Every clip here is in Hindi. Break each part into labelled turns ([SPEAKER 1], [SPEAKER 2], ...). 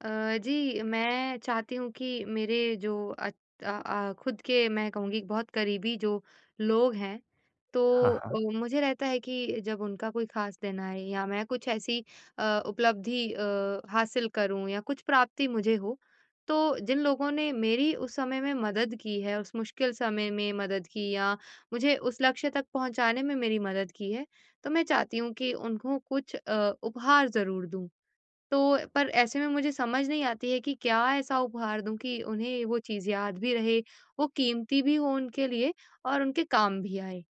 [SPEAKER 1] जी, मैं चाहती हूँ कि मेरे जो अच अ अ, खुद के मैं कहूँगी बहुत करीबी जो लोग हैं,
[SPEAKER 2] हाँ,
[SPEAKER 1] तो
[SPEAKER 2] हाँ,
[SPEAKER 1] मुझे रहता है कि जब उनका कोई ख़ास दिन आए या मैं कुछ ऐसी उपलब्धि हासिल करूँ या कुछ प्राप्ति मुझे हो, तो जिन लोगों ने मेरी उस समय में मदद की है, उस मुश्किल समय में मदद की या मुझे उस लक्ष्य तक पहुँचाने में मेरी मदद की है, तो मैं चाहती हूँ कि उनको कुछ उपहार ज़रूर दूँ। तो पर ऐसे में मुझे समझ नहीं आती है कि क्या ऐसा उपहार दूँ कि उन्हें वो चीज़ याद भी रहे, वो कीमती भी हो उनके लिए और उनके काम भी आए।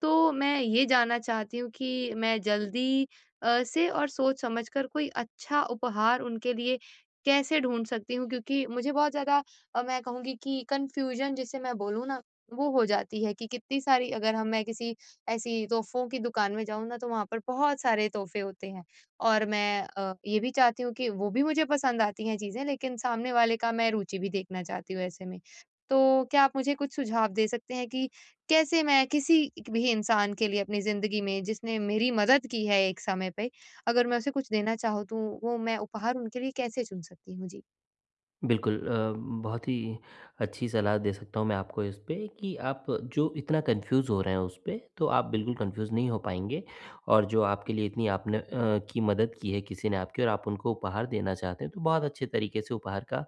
[SPEAKER 1] तो मैं ये जानना चाहती हूँ कि मैं जल्दी से और सोच-समझ कर कोई अच्छा उपहार उनके लिए कैसे ढूँढ सकती हूँ? क्योंकि मुझे बहुत ज़्यादा मैं कहूँगी कि कन्फ्यूज़न, जिसे मैं बोलूँ ना, वो हो जाती है कि कितनी सारी, अगर हम मैं किसी ऐसी तोहफ़ों की दुकान में जाऊँ ना, तो वहाँ पर बहुत सारे तोहफ़े होते हैं। और मैं ये भी चाहती हूँ कि वो भी मुझे पसंद आती हैं चीज़ें, लेकिन सामने वाले का मैं रुचि भी देखना चाहती हूँ ऐसे में। तो क्या आप मुझे कुछ सुझाव दे सकते हैं कि कैसे मैं किसी भी इंसान के लिए अपनी ज़िंदगी में, जिसने मेरी मदद की है एक समय पे, अगर मैं उसे कुछ देना चाहूँ, तो वो मैं उपहार उनके लिए कैसे चुन सकती हूँ? जी।
[SPEAKER 2] बिल्कुल बहुत ही अच्छी सलाह दे सकता हूँ मैं आपको इस पे कि आप जो इतना कन्फ्यूज़ हो रहे हैं उस पे, तो आप बिल्कुल कन्फ्यूज़ नहीं हो पाएँगे और जो आपके लिए इतनी आपने की मदद की है किसी ने आपकी और आप उनको उपहार देना चाहते हैं, तो बहुत अच्छे तरीके से उपहार का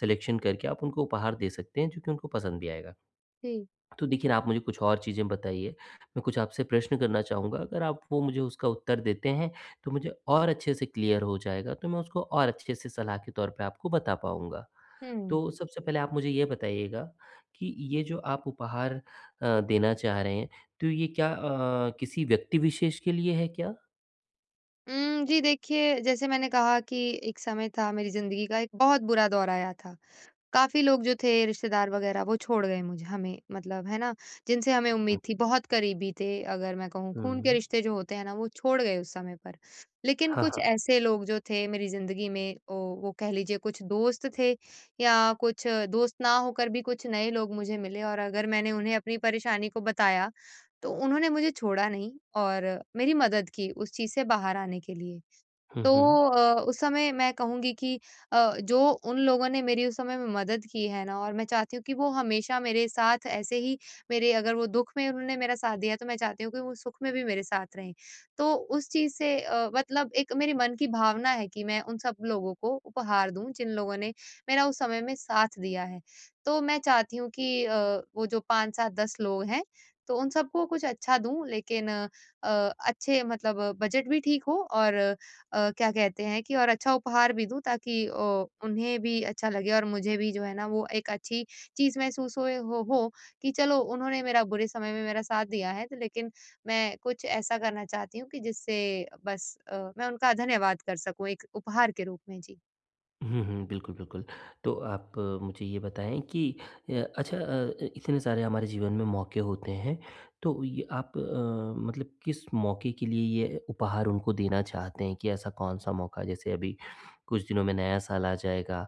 [SPEAKER 2] सिलेक्शन करके आप उनको उपहार दे सकते हैं, जो कि उनको पसंद भी आएगा।
[SPEAKER 1] जी।
[SPEAKER 2] तो देखिए ना, आप मुझे कुछ और चीज़ें बताइए। मैं कुछ आपसे प्रश्न करना चाहूँगा, अगर आप वो मुझे उसका उत्तर देते हैं, तो मुझे और अच्छे से क्लियर हो जाएगा, तो मैं उसको और अच्छे से सलाह के तौर पे आपको बता पाऊँगा।
[SPEAKER 1] हुँ।
[SPEAKER 2] तो सबसे पहले आप मुझे ये बताइएगा कि ये जो आप उपहार देना चाह रहे हैं, तो ये क्या किसी व्यक्ति विशेष के लिए है क्या?
[SPEAKER 1] जी देखिए, जैसे मैंने कहा कि एक समय था मेरी ज़िंदगी का, एक बहुत बुरा दौर आया था। काफ़ी लोग जो थे रिश्तेदार वग़ैरह, वो छोड़ गए मुझे, हमें मतलब, है ना? जिनसे हमें
[SPEAKER 2] हुँ,
[SPEAKER 1] उम्मीद थी, बहुत करीबी थे, अगर मैं कहूँ खून के
[SPEAKER 2] हुँ।
[SPEAKER 1] रिश्ते जो होते हैं ना, वो छोड़ गए उस समय पर। लेकिन
[SPEAKER 2] हाँ,
[SPEAKER 1] कुछ
[SPEAKER 2] हाँ।
[SPEAKER 1] ऐसे लोग जो थे मेरी ज़िंदगी में, ओ वो, कह लीजिए, कुछ दोस्त थे या कुछ दोस्त ना होकर भी कुछ नए लोग मुझे मिले, और अगर मैंने उन्हें अपनी परेशानी को बताया, तो उन्होंने मुझे छोड़ा नहीं और मेरी मदद की उस चीज़ से बाहर आने के लिए।
[SPEAKER 2] हुँ,
[SPEAKER 1] तो
[SPEAKER 2] हुँ।
[SPEAKER 1] उस समय मैं कहूँगी कि जो उन लोगों ने मेरी उस समय में मदद की है ना, और मैं चाहती हूँ कि वो हमेशा मेरे साथ ऐसे ही मेरे, अगर वो दुःख में उन्होंने मेरा साथ दिया, तो मैं चाहती हूँ कि वो सुख में भी मेरे साथ रहें। तो उस चीज़ से मतलब एक मेरे मन की भावना है कि मैं उन सब लोगों को उपहार दूँ, जिन लोगों ने मेरा उस समय में साथ दिया है। तो मैं चाहती हूँ कि वो जो 5-7-10 लोग हैं, तो उन सबको कुछ अच्छा दूँ, लेकिन अच्छे मतलब बजट भी ठीक हो और क्या कहते हैं कि और अच्छा उपहार भी दूँ, ताकि उन्हें भी अच्छा लगे और मुझे भी, जो है ना, वो एक अच्छी चीज़ महसूस होए हो कि चलो, उन्होंने मेरा बुरे समय में मेरा साथ दिया है, तो लेकिन मैं कुछ ऐसा करना चाहती हूँ कि जिससे बस मैं उनका धन्यवाद कर सकूँ एक उपहार के रूप में। जी।
[SPEAKER 2] हुँ, हुँ, बिल्कुल, बिल्कुल। तो आप मुझे ये बताएँ कि अच्छा, इतने सारे हमारे जीवन में मौके होते हैं, तो ये आप मतलब किस मौके के लिए ये उपहार उनको देना चाहते हैं कि ऐसा कौन-सा मौका? जैसे अभी कुछ दिनों में नया साल आ जाएगा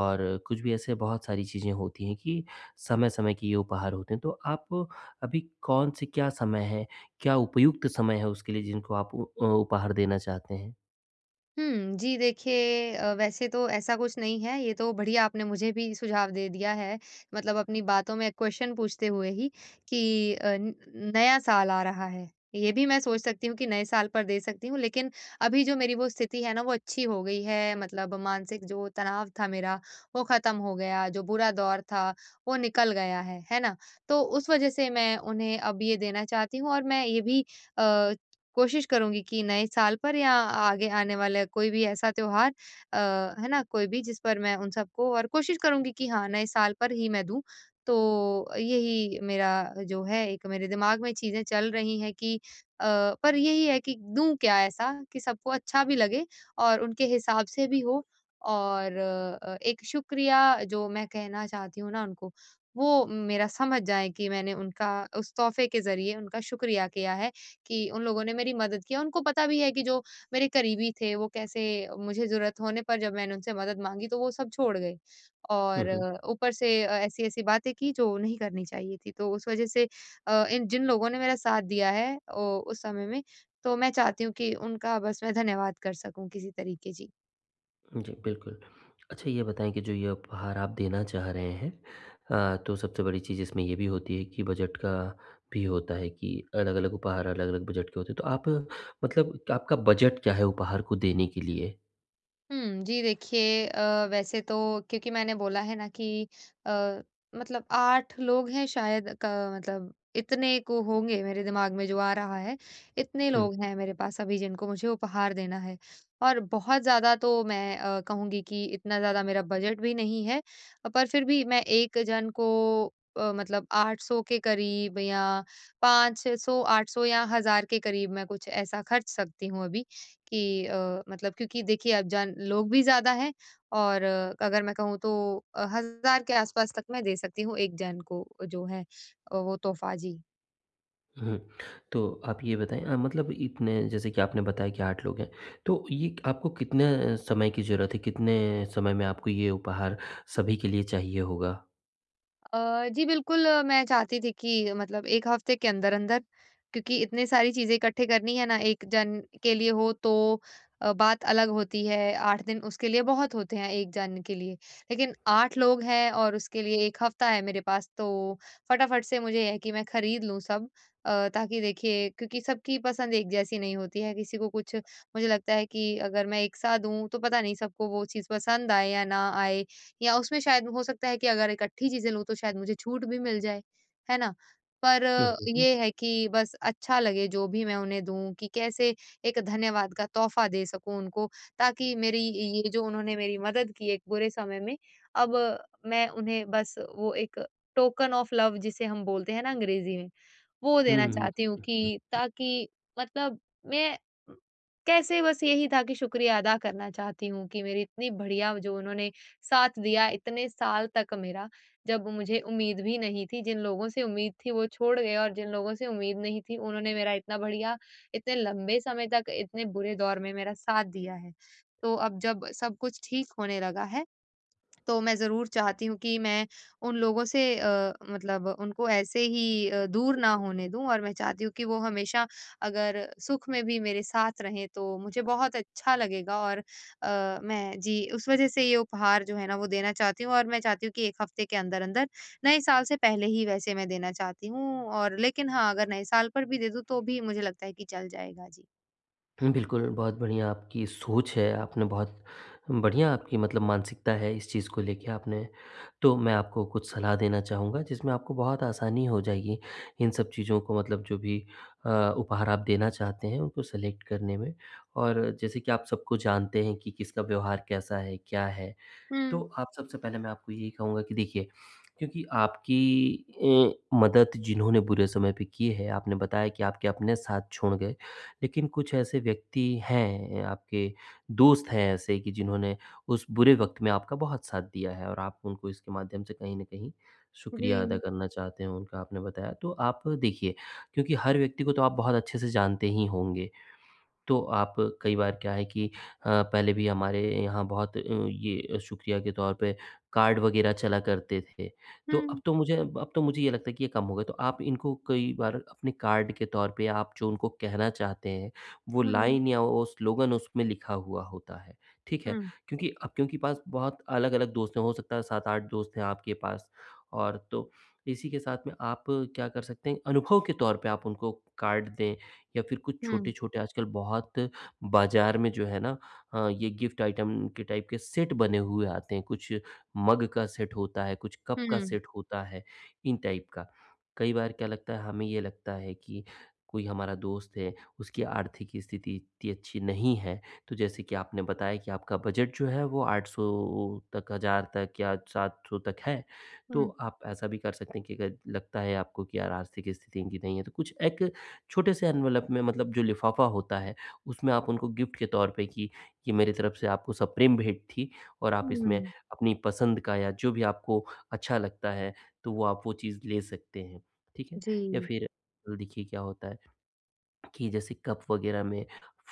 [SPEAKER 2] और कुछ भी ऐसे बहुत सारी चीज़ें होती हैं कि समय-समय के ये उपहार होते हैं। तो आप अभी कौन से, क्या समय है, क्या उपयुक्त समय है उसके लिए जिनको आप उपहार देना चाहते हैं?
[SPEAKER 1] हुँ, जी देखिए, वैसे तो ऐसा कुछ नहीं है, ये तो बढ़िया आपने मुझे भी सुझाव दे दिया है, मतलब अपनी बातों में क्वेश्चन पूछते हुए ही, कि अ, न नया साल आ रहा है, ये भी मैं सोच सकती हूँ कि नए साल पर दे सकती हूँ, लेकिन अभी जो मेरी वो स्थिति है ना, वो अच्छी हो गई है, मतलब मानसिक जो तनाव था मेरा, वो खत्म हो गया, जो बुरा दौर था, वो निकल गया है ना? तो उस वजह से मैं उन्हें अब ये देना चाहती हूँ, और मैं ये भी अ, कोशिश करूँगी कि नए साल पर या आगे आने वाला कोई भी ऐसा त्योहार, अ, है ना? कोई भी जिस पर मैं उन सबको, और कोशिश करूँगी कि हाँ, नए साल पर ही मैं दूँ। तो यही मेरा, जो है, एक मेरे दिमाग में चीज़ें चल रही हैं कि अ, पर यही है कि दूँ क्या ऐसा, कि सबको अच्छा भी लगे और उनके हिसाब से भी हो, और एक शुक्रिया जो मैं कहना चाहती हूँ ना उनको, वो मेरा समझ जाएँ कि मैंने उनका उस तोहफ़े के ज़रिए उनका शुक्रिया किया है। कि उन लोगों ने मेरी मदद की। उनको पता भी है कि जो मेरे करीबी थे, वो कैसे मुझे ज़रूरत होने पर, जब मैंने उनसे मदद माँगी, तो वो सब छोड़ गए।
[SPEAKER 2] हुँ,
[SPEAKER 1] और
[SPEAKER 2] हुँ।
[SPEAKER 1] ऊपर से ऐसी-ऐसी बातें की जो नहीं करनी चाहिए थी। तो उस वज़ह से अ, इन जिन लोगों ने मेरा साथ दिया है ओ उस समय में, तो मैं चाहती हूँ कि उनका बस मैं धन्यवाद कर सकूँ किसी तरीके। जी।
[SPEAKER 2] जी, बिल्कुल। अच्छा, ये बताएँ कि जो ये उपहार आप देना चाह रहे हैं, तो सबसे बड़ी चीज़ इसमें ये भी होती है कि बजट का भी होता है कि अलग-अलग उपहार अलग-अलग बजट के होते हैं। तो आप मतलब आपका बजट क्या है उपहार को देने के लिए?
[SPEAKER 1] हुँ, जी देखिए, वैसे तो, क्योंकि मैंने बोला है ना कि अ, मतलब 8 लोग हैं शायद क मतलब इतने को होंगे, मेरे दिमाग में जो आ रहा है, इतने
[SPEAKER 2] हुँ,
[SPEAKER 1] लोग हैं मेरे पास अभी जिनको मुझे उपहार देना है। और बहुत ज़्यादा तो मैं कहूँगी कि इतना ज़्यादा मेरा बजट भी नहीं है, पर फिर भी मैं एक जन को मतलब 800 के करीब या 500, 800 या 1000 के करीब मैं कुछ ऐसा खर्च सकती हूँ अभी। कि मतलब, क्योंकि देखिए अब जान लोग भी ज़्यादा हैं, और अगर मैं कहूँ तो 1000 के आस-पास तक मैं दे सकती हूँ एक जन को, जो है वो तोहफ़ा। जी।
[SPEAKER 2] हुँ। तो आप ये बताएँ, मतलब इतने, जैसे कि आपने बताया कि 8 लोग हैं, तो ये आपको कितने समय की ज़रूरत है? कितने समय में आपको ये उपहार सभी के लिए चाहिए होगा?
[SPEAKER 1] जी बिल्कुल, मैं चाहती थी कि मतलब 1 हफ्ते के अंदर-अंदर, क्योंकि इतनी सारी चीज़ें इकट्ठे करनी है ना, 1 जन के लिए हो तो बात अलग होती है, 8 दिन उसके लिए बहुत होते हैं 1 जन के लिए। लेकिन 8 लोग हैं और उसके लिए 1 हफ्ता है मेरे पास, तो फटाफट से मुझे है कि मैं खरीद लूँ सब, ताकि, देखिए, क्योंकि सबकी पसंद एक जैसी नहीं होती है, किसी को कुछ, मुझे लगता है कि अगर मैं एक साथ दूँ तो पता नहीं सबको वो चीज़ पसंद आए या ना आए। या उसमें शायद हो सकता है कि अगर इकट्ठी चीज़ें लूँ तो शायद मुझे छूट भी मिल जाए, है ना? पर
[SPEAKER 2] हुँ, हुँ, हुँ।
[SPEAKER 1] ये है कि बस अच्छा लगे जो भी मैं उन्हें दूँ, कि कैसे एक धन्यवाद का तोहफ़ा दे सकूँ उनको, ताकि मेरी ये जो उन्होंने मेरी मदद की एक बुरे समय में, अब मैं उन्हें बस वो एक टोकन ऑफ लव, जिसे हम बोलते हैं ना अंग्रेज़ी में, वो देना
[SPEAKER 2] हुँ, हुँ।
[SPEAKER 1] चाहती हूँ कि ताकि, मतलब मैं कैसे, बस यही था कि शुक्रिया अदा करना चाहती हूँ कि मेरी इतनी बढ़िया जो उन्होंने साथ दिया इतने साल तक मेरा, जब मुझे उम्मीद भी नहीं थी, जिन लोगों से उम्मीद थी वो छोड़ गए, और जिन लोगों से उम्मीद नहीं थी उन्होंने मेरा इतना बढ़िया, इतने लंबे समय तक, इतने बुरे दौर में मेरा साथ दिया है। तो अब जब सब कुछ ठीक होने लगा है, तो मैं ज़रूर चाहती हूँ कि मैं उन लोगों से, मतलब उनको ऐसे ही दूर ना होने दूँ, और मैं चाहती हूँ कि वो हमेशा, अगर सुख में भी मेरे साथ रहें तो मुझे बहुत अच्छा लगेगा, और अ, मैं जी, उस वज़ह से ये उपहार जो है ना वो देना चाहती हूँ, और मैं चाहती हूँ कि 1 हफ़्ते के अंदर-अंदर, नए साल से पहले ही वैसे मैं देना चाहती हूँ, और लेकिन हाँ, अगर नए साल पर भी दे दूँ तो भी मुझे लगता है कि चल जाएगा। जी।
[SPEAKER 2] हुँ, बिल्कुल, बहुत बढ़िया आपकी सोच है, आपने बहुत बढ़िया, आपकी मतलब मानसिकता है इस चीज़ को लेके। आपने, तो मैं आपको कुछ सलाह देना चाहूँगा जिसमें आपको बहुत आसानी हो जाएगी इन सब चीज़ों को, मतलब जो भी अ, उपहार आप देना चाहते हैं उनको सेलेक्ट करने में। और जैसे कि आप सबको जानते हैं कि किसका व्यवहार कैसा है, क्या है।
[SPEAKER 1] हुँ,
[SPEAKER 2] तो आप सबसे पहले, मैं आपको यही कहूँगा कि देखिए, क्योंकि आपकी मदद जिन्होंने बुरे समय पे की है, आपने बताया कि आपके अपने साथ छोड़ गए, लेकिन कुछ ऐसे व्यक्ति हैं, आपके दोस्त हैं ऐसे कि जिन्होंने उस बुरे वक़्त में आपका बहुत साथ दिया है और आप उनको इसके माध्यम से कहीं न कहीं शुक्रिया अदा
[SPEAKER 1] जी।
[SPEAKER 2] करना चाहते हैं उनका, आपने बताया। तो आप देखिए, क्योंकि हर व्यक्ति को तो आप बहुत अच्छे से जानते ही होंगे, तो आप कई बार क्या है कि पहले भी हमारे यहाँ बहुत ये शुक्रिया के तौर पे कार्ड वग़ैरह चला करते थे। तो अब
[SPEAKER 1] हुँ,
[SPEAKER 2] तो मुझे अब तो मुझे ये लगता है कि ये कम हो गया। तो आप इनको कई बार अपने कार्ड के तौर पे, आप जो उनको कहना चाहते हैं, वो
[SPEAKER 1] हुँ,
[SPEAKER 2] लाइन या वो स्लोगन उसमें लिखा हुआ होता है, ठीक है?
[SPEAKER 1] हुँ,
[SPEAKER 2] क्योंकि पास बहुत अलग-अलग दोस्त हैं, हो सकता है 7-8 दोस्त हैं आपके पास। और तो इसी के साथ में आप क्या कर सकते हैं, अनुभव के तौर पे आप उनको कार्ड दें या फिर कुछ
[SPEAKER 1] हुँ,
[SPEAKER 2] छोटे-छोटे आजकल बहुत बाज़ार में जो है ना, ये गिफ्ट आइटम के टाइप के सेट बने हुए आते हैं। कुछ मग का सेट होता है, कुछ कप का
[SPEAKER 1] हुँ,
[SPEAKER 2] सेट होता है, इन टाइप का। कई बार क्या लगता है, हमें ये लगता है कि कोई हमारा दोस्त है, उसकी आर्थिक स्थिति इतनी अच्छी नहीं है, तो जैसे कि आपने बताया कि आपका बजट जो है वो 800 तक, 1000 तक या 700 तक है। तो
[SPEAKER 1] हुँ,
[SPEAKER 2] आप ऐसा भी कर सकते हैं कि अगर लगता है आपको कि यार, आर्थिक स्थिति इनकी नहीं है, तो कुछ एक छोटे से एनवेलप में, मतलब जो लिफ़ाफ़ा होता है, उसमें आप उनको गिफ्ट के तौर पे कि ये मेरी तरफ से आपको सप्रेम भेंट थी, और आप इसमें
[SPEAKER 1] हुँ।
[SPEAKER 2] अपनी पसंद का या जो भी आपको अच्छा लगता है, तो वो आप वो चीज़ ले सकते हैं। ठीक है? या
[SPEAKER 1] जी।
[SPEAKER 2] फिर देखिए क्या होता है कि जैसे कप वगैरह में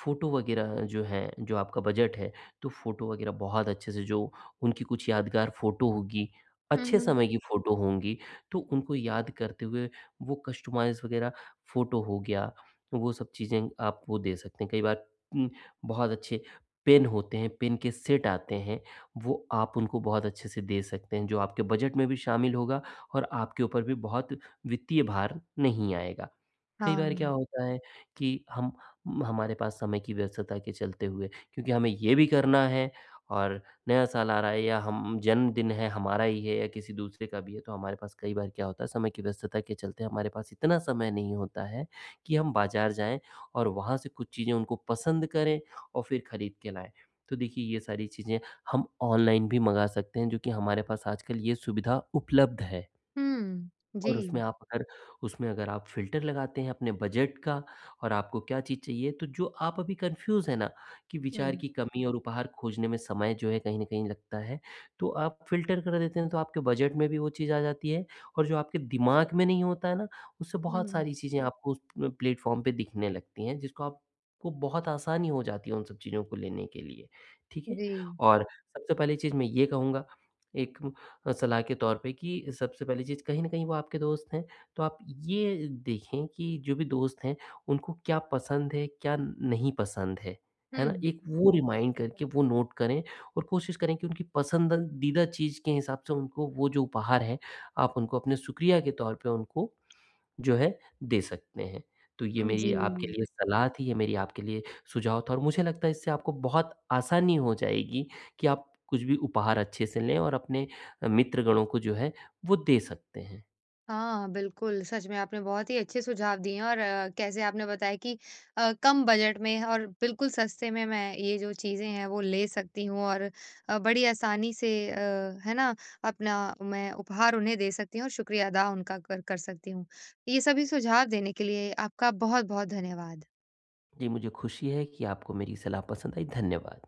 [SPEAKER 2] फ़ोटो वगैरह जो है, जो आपका बजट है, तो फ़ोटो वगैरह बहुत अच्छे से, जो उनकी कुछ यादगार फ़ोटो होगी,
[SPEAKER 1] हुँ,
[SPEAKER 2] अच्छे
[SPEAKER 1] हुँ।
[SPEAKER 2] समय की फ़ोटो होंगी, तो उनको याद करते हुए वो कस्टमाइज़ वगैरह फ़ोटो हो गया, वो सब चीज़ें आप वो दे सकते हैं। कई बार उम, बहुत अच्छे पेन होते हैं, पेन के सेट आते हैं, वो आप उनको बहुत अच्छे से दे सकते हैं, जो आपके बजट में भी शामिल होगा और आपके ऊपर भी बहुत वित्तीय भार नहीं आएगा। कई बार क्या
[SPEAKER 1] हाँ।
[SPEAKER 2] होता है कि हम हमारे पास समय की व्यस्तता के चलते हुए, क्योंकि हमें ये भी करना है और नया साल आ रहा है या हम, जन्मदिन है हमारा ही है या किसी दूसरे का भी है, तो हमारे पास कई बार क्या होता है, समय की व्यस्तता के चलते हमारे पास इतना समय नहीं होता है कि हम बाजार जाएं और वहाँ से कुछ चीज़ें उनको पसंद करें और फिर ख़रीद के लाएं। तो देखिए ये सारी चीज़ें हम ऑनलाइन भी मंगा सकते हैं, जो कि हमारे पास आजकल ये सुविधा उपलब्ध है।
[SPEAKER 1] हुँ, जी।
[SPEAKER 2] और उसमें अगर आप फ़िल्टर लगाते हैं अपने बजट का और आपको क्या चीज़ चाहिए, तो जो आप अभी कन्फ्यूज़ हैं ना कि विचार
[SPEAKER 1] हुँ,
[SPEAKER 2] की कमी और उपहार खोजने में समय जो है कहीं न कहीं लगता है, तो आप फ़िल्टर कर देते हैं, तो आपके बजट में भी वो चीज़ आ जाती है और जो आपके दिमाग में नहीं होता है ना, उससे बहुत
[SPEAKER 1] हुँ,
[SPEAKER 2] सारी चीज़ें आपको उस प्लेटफ़ॉर्म पे दिखने लगती हैं, जिसको आपको बहुत आसानी हो जाती है उन सब चीज़ों को लेने के लिए, ठीक है?
[SPEAKER 1] जी।
[SPEAKER 2] और सबसे पहली चीज़ मैं ये कहूँगा एक सलाह के तौर पे कि सबसे पहली चीज़ कहीं न कहीं वो आपके दोस्त हैं, तो आप ये देखें कि जो भी दोस्त हैं, उनको क्या पसंद है, क्या नहीं पसंद है ना?
[SPEAKER 1] हुँ,
[SPEAKER 2] एक वो रिमाइंड करके वो नोट करें और कोशिश करें कि उनकी पसंदीदा चीज़ के हिसाब से उनको वो जो उपहार है, आप उनको अपने शुक्रिया के तौर पे उनको जो है, दे सकते हैं। तो ये
[SPEAKER 1] जी।
[SPEAKER 2] मेरी आपके लिए सलाह थी, ये मेरी आपके लिए सुझाव था और मुझे लगता है इससे आपको बहुत आसानी हो जाएगी कि आप कुछ भी उपहार अच्छे से लें और अपने मित्रगणों को जो है, वो दे सकते हैं।
[SPEAKER 1] हाँ, बिल्कुल, सच में आपने बहुत ही अच्छे सुझाव दिए हैं, और कैसे आपने बताया कि कम बजट में और बिल्कुल सस्ते में मैं ये जो चीज़ें हैं वो ले सकती हूँ, और बड़ी आसानी से, है ना, अपना मैं उपहार उन्हें दे सकती हूँ और शुक्रिया अदा उनका कर कर सकती हूँ। ये सभी सुझाव देने के लिए आपका बहुत-बहुत धन्यवाद।
[SPEAKER 2] जी, मुझे खुशी है कि आपको मेरी सलाह पसंद आई। धन्यवाद।